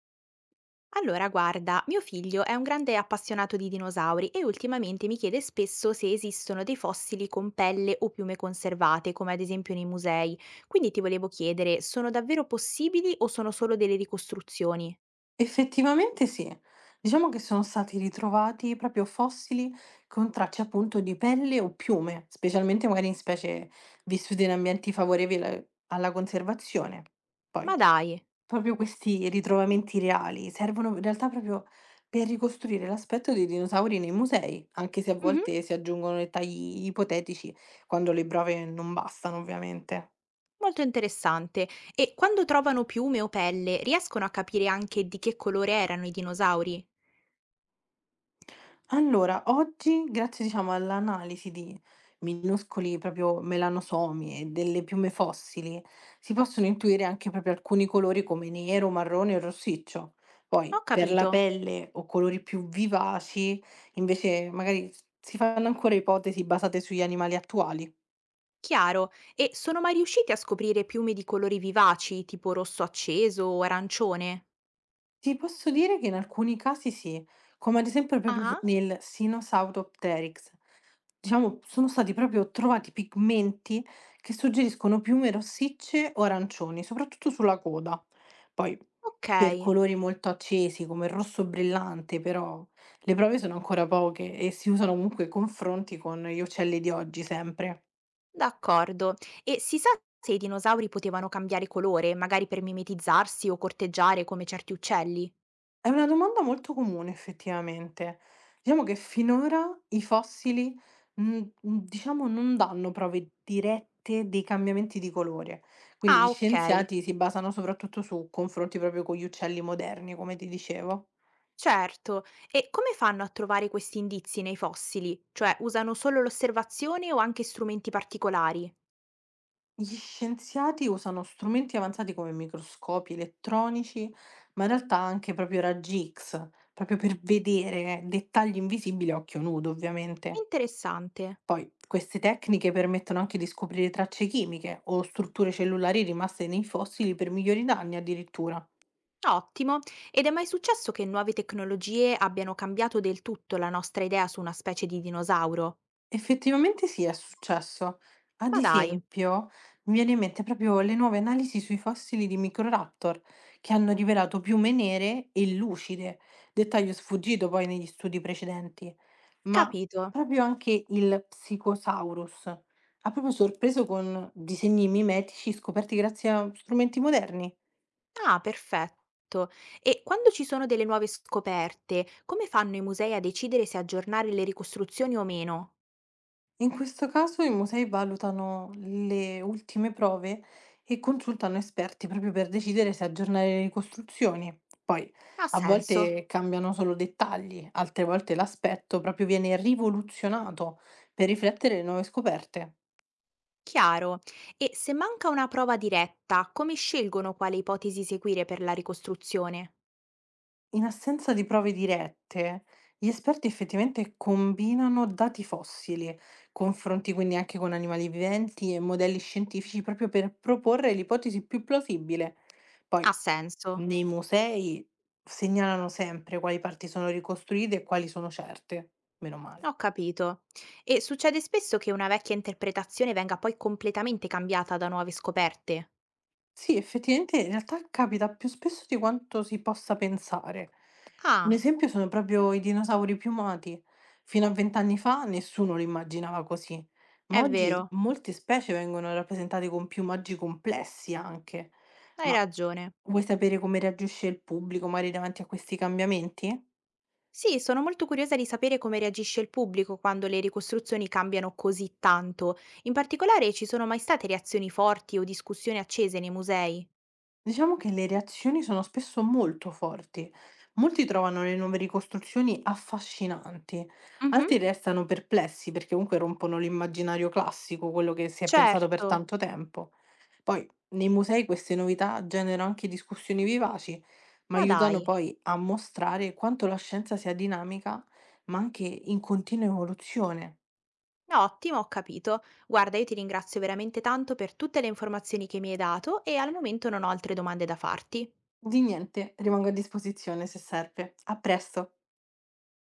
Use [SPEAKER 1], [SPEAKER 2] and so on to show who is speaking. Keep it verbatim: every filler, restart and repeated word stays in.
[SPEAKER 1] Allora, guarda, mio figlio è un grande appassionato di dinosauri e ultimamente mi chiede spesso se esistono dei fossili con pelle o piume conservate, come ad esempio nei musei. Quindi ti volevo chiedere, sono davvero possibili o sono solo delle ricostruzioni?
[SPEAKER 2] Effettivamente sì. Diciamo che sono stati ritrovati proprio fossili con tracce appunto di pelle o piume, specialmente magari in specie vissute in ambienti favorevoli al- alla conservazione.
[SPEAKER 1] Ma
[SPEAKER 2] Poi,
[SPEAKER 1] dai,
[SPEAKER 2] proprio questi ritrovamenti reali servono in realtà proprio per ricostruire l'aspetto dei dinosauri nei musei, anche se a
[SPEAKER 1] mhm,
[SPEAKER 2] volte si aggiungono dettagli ipotetici quando le prove non bastano, ovviamente.
[SPEAKER 1] molto interessante. E quando trovano piume o pelle, riescono a capire anche di che colore erano i dinosauri?
[SPEAKER 2] Allora, oggi grazie diciamo all'analisi di minuscoli proprio melanosomi e delle piume fossili, si possono intuire anche proprio alcuni colori come nero, marrone o rossiccio. Poi
[SPEAKER 1] Ho
[SPEAKER 2] per la
[SPEAKER 1] capito,
[SPEAKER 2] pelle o colori più vivaci, invece magari si fanno ancora ipotesi basate sugli animali attuali.
[SPEAKER 1] chiaro. E sono mai riusciti a scoprire piume di colori vivaci, tipo rosso acceso o arancione?
[SPEAKER 2] Ti posso dire che in alcuni casi sì, come ad esempio proprio Mh-mh.
[SPEAKER 1] Ah.
[SPEAKER 2] Nel Sinosauropteryx. Diciamo, sono stati proprio trovati pigmenti che suggeriscono piume rossicce o arancioni, soprattutto sulla coda. Poi, per
[SPEAKER 1] Okay,
[SPEAKER 2] colori molto accesi come il rosso brillante, però le prove sono ancora poche e si usano comunque confronti con gli uccelli di oggi sempre.
[SPEAKER 1] d'accordo. E si sa se i dinosauri potevano cambiare colore, magari per mimetizzarsi o corteggiare come certi uccelli?
[SPEAKER 2] È una domanda molto comune effettivamente. Diciamo che finora i fossili, mhmm, mhmm, diciamo non danno prove dirette dei cambiamenti di colore, quindi gli
[SPEAKER 1] Ah, okay,
[SPEAKER 2] scienziati si basano soprattutto su confronti proprio con gli uccelli moderni, come ti dicevo.
[SPEAKER 1] certo. E come fanno a trovare questi indizi nei fossili? Cioè, usano solo l'osservazione o anche strumenti particolari?
[SPEAKER 2] Gli scienziati usano strumenti avanzati come microscopi elettronici, ma in realtà anche proprio raggi ics, proprio per vedere dettagli invisibili a occhio nudo, ovviamente.
[SPEAKER 1] Interessante.
[SPEAKER 2] Poi queste tecniche permettono anche di scoprire tracce chimiche o strutture cellulari rimaste nei fossili per migliori danni addirittura.
[SPEAKER 1] Ottimo. Ed è mai successo che nuove tecnologie abbiano cambiato del tutto la nostra idea su una specie di dinosauro?
[SPEAKER 2] Effettivamente sì, è successo. Ad
[SPEAKER 1] Ma dai,
[SPEAKER 2] esempio, mi viene in mente proprio le nuove analisi sui fossili di Microraptor, che hanno rivelato piume nere e lucide, dettaglio sfuggito poi negli studi precedenti, ma
[SPEAKER 1] capito.
[SPEAKER 2] proprio anche il Psychosaurus ha proprio sorpreso con disegni mimetici scoperti grazie a strumenti moderni.
[SPEAKER 1] Ah, perfetto. E quando ci sono delle nuove scoperte, come fanno i musei a decidere se aggiornare le ricostruzioni o meno?
[SPEAKER 2] In questo caso i musei valutano le ultime prove e consultano esperti proprio per decidere se aggiornare le ricostruzioni. Poi
[SPEAKER 1] Ha
[SPEAKER 2] a
[SPEAKER 1] senso?
[SPEAKER 2] volte cambiano solo dettagli, altre volte l'aspetto proprio viene rivoluzionato per riflettere le nuove scoperte.
[SPEAKER 1] Chiaro. E se manca una prova diretta, come scelgono quale ipotesi seguire per la ricostruzione?
[SPEAKER 2] In assenza di prove dirette, gli esperti effettivamente combinano dati fossili, confronti quindi anche con animali viventi e modelli scientifici proprio per proporre l'ipotesi più plausibile. Poi,
[SPEAKER 1] Ha senso.
[SPEAKER 2] nei musei segnalano sempre quali parti sono ricostruite e quali sono certe, meno male.
[SPEAKER 1] Ho capito. E succede spesso che una vecchia interpretazione venga poi completamente cambiata da nuove scoperte?
[SPEAKER 2] Sì, effettivamente in realtà capita più spesso di quanto si possa pensare. Un
[SPEAKER 1] Ah,
[SPEAKER 2] esempio sono proprio i dinosauri piumati. Fino a vent'anni fa nessuno li immaginava così, ma
[SPEAKER 1] è
[SPEAKER 2] oggi
[SPEAKER 1] vero.
[SPEAKER 2] molte specie vengono rappresentate con piumaggi complessi anche.
[SPEAKER 1] Hai
[SPEAKER 2] Ma
[SPEAKER 1] ragione.
[SPEAKER 2] vuoi sapere come reagisce il pubblico magari davanti a questi cambiamenti?
[SPEAKER 1] Sì, sono molto curiosa di sapere come reagisce il pubblico quando le ricostruzioni cambiano così tanto. In particolare, ci sono mai state reazioni forti o discussioni accese nei musei?
[SPEAKER 2] Diciamo che le reazioni sono spesso molto forti. Molti trovano le nuove ricostruzioni affascinanti,
[SPEAKER 1] Mhm,
[SPEAKER 2] altri restano perplessi perché comunque rompono l'immaginario classico, quello che si è pensato per
[SPEAKER 1] certo,
[SPEAKER 2] tanto tempo. Poi nei musei queste novità generano anche discussioni vivaci, ma
[SPEAKER 1] ma
[SPEAKER 2] aiutano
[SPEAKER 1] dai.
[SPEAKER 2] poi a mostrare quanto la scienza sia dinamica, ma anche in continua evoluzione.
[SPEAKER 1] No, ottimo, ho capito. Guarda, io ti ringrazio veramente tanto per tutte le informazioni che mi hai dato e al momento non ho altre domande da farti.
[SPEAKER 2] Di niente, rimango a disposizione se serve. A presto!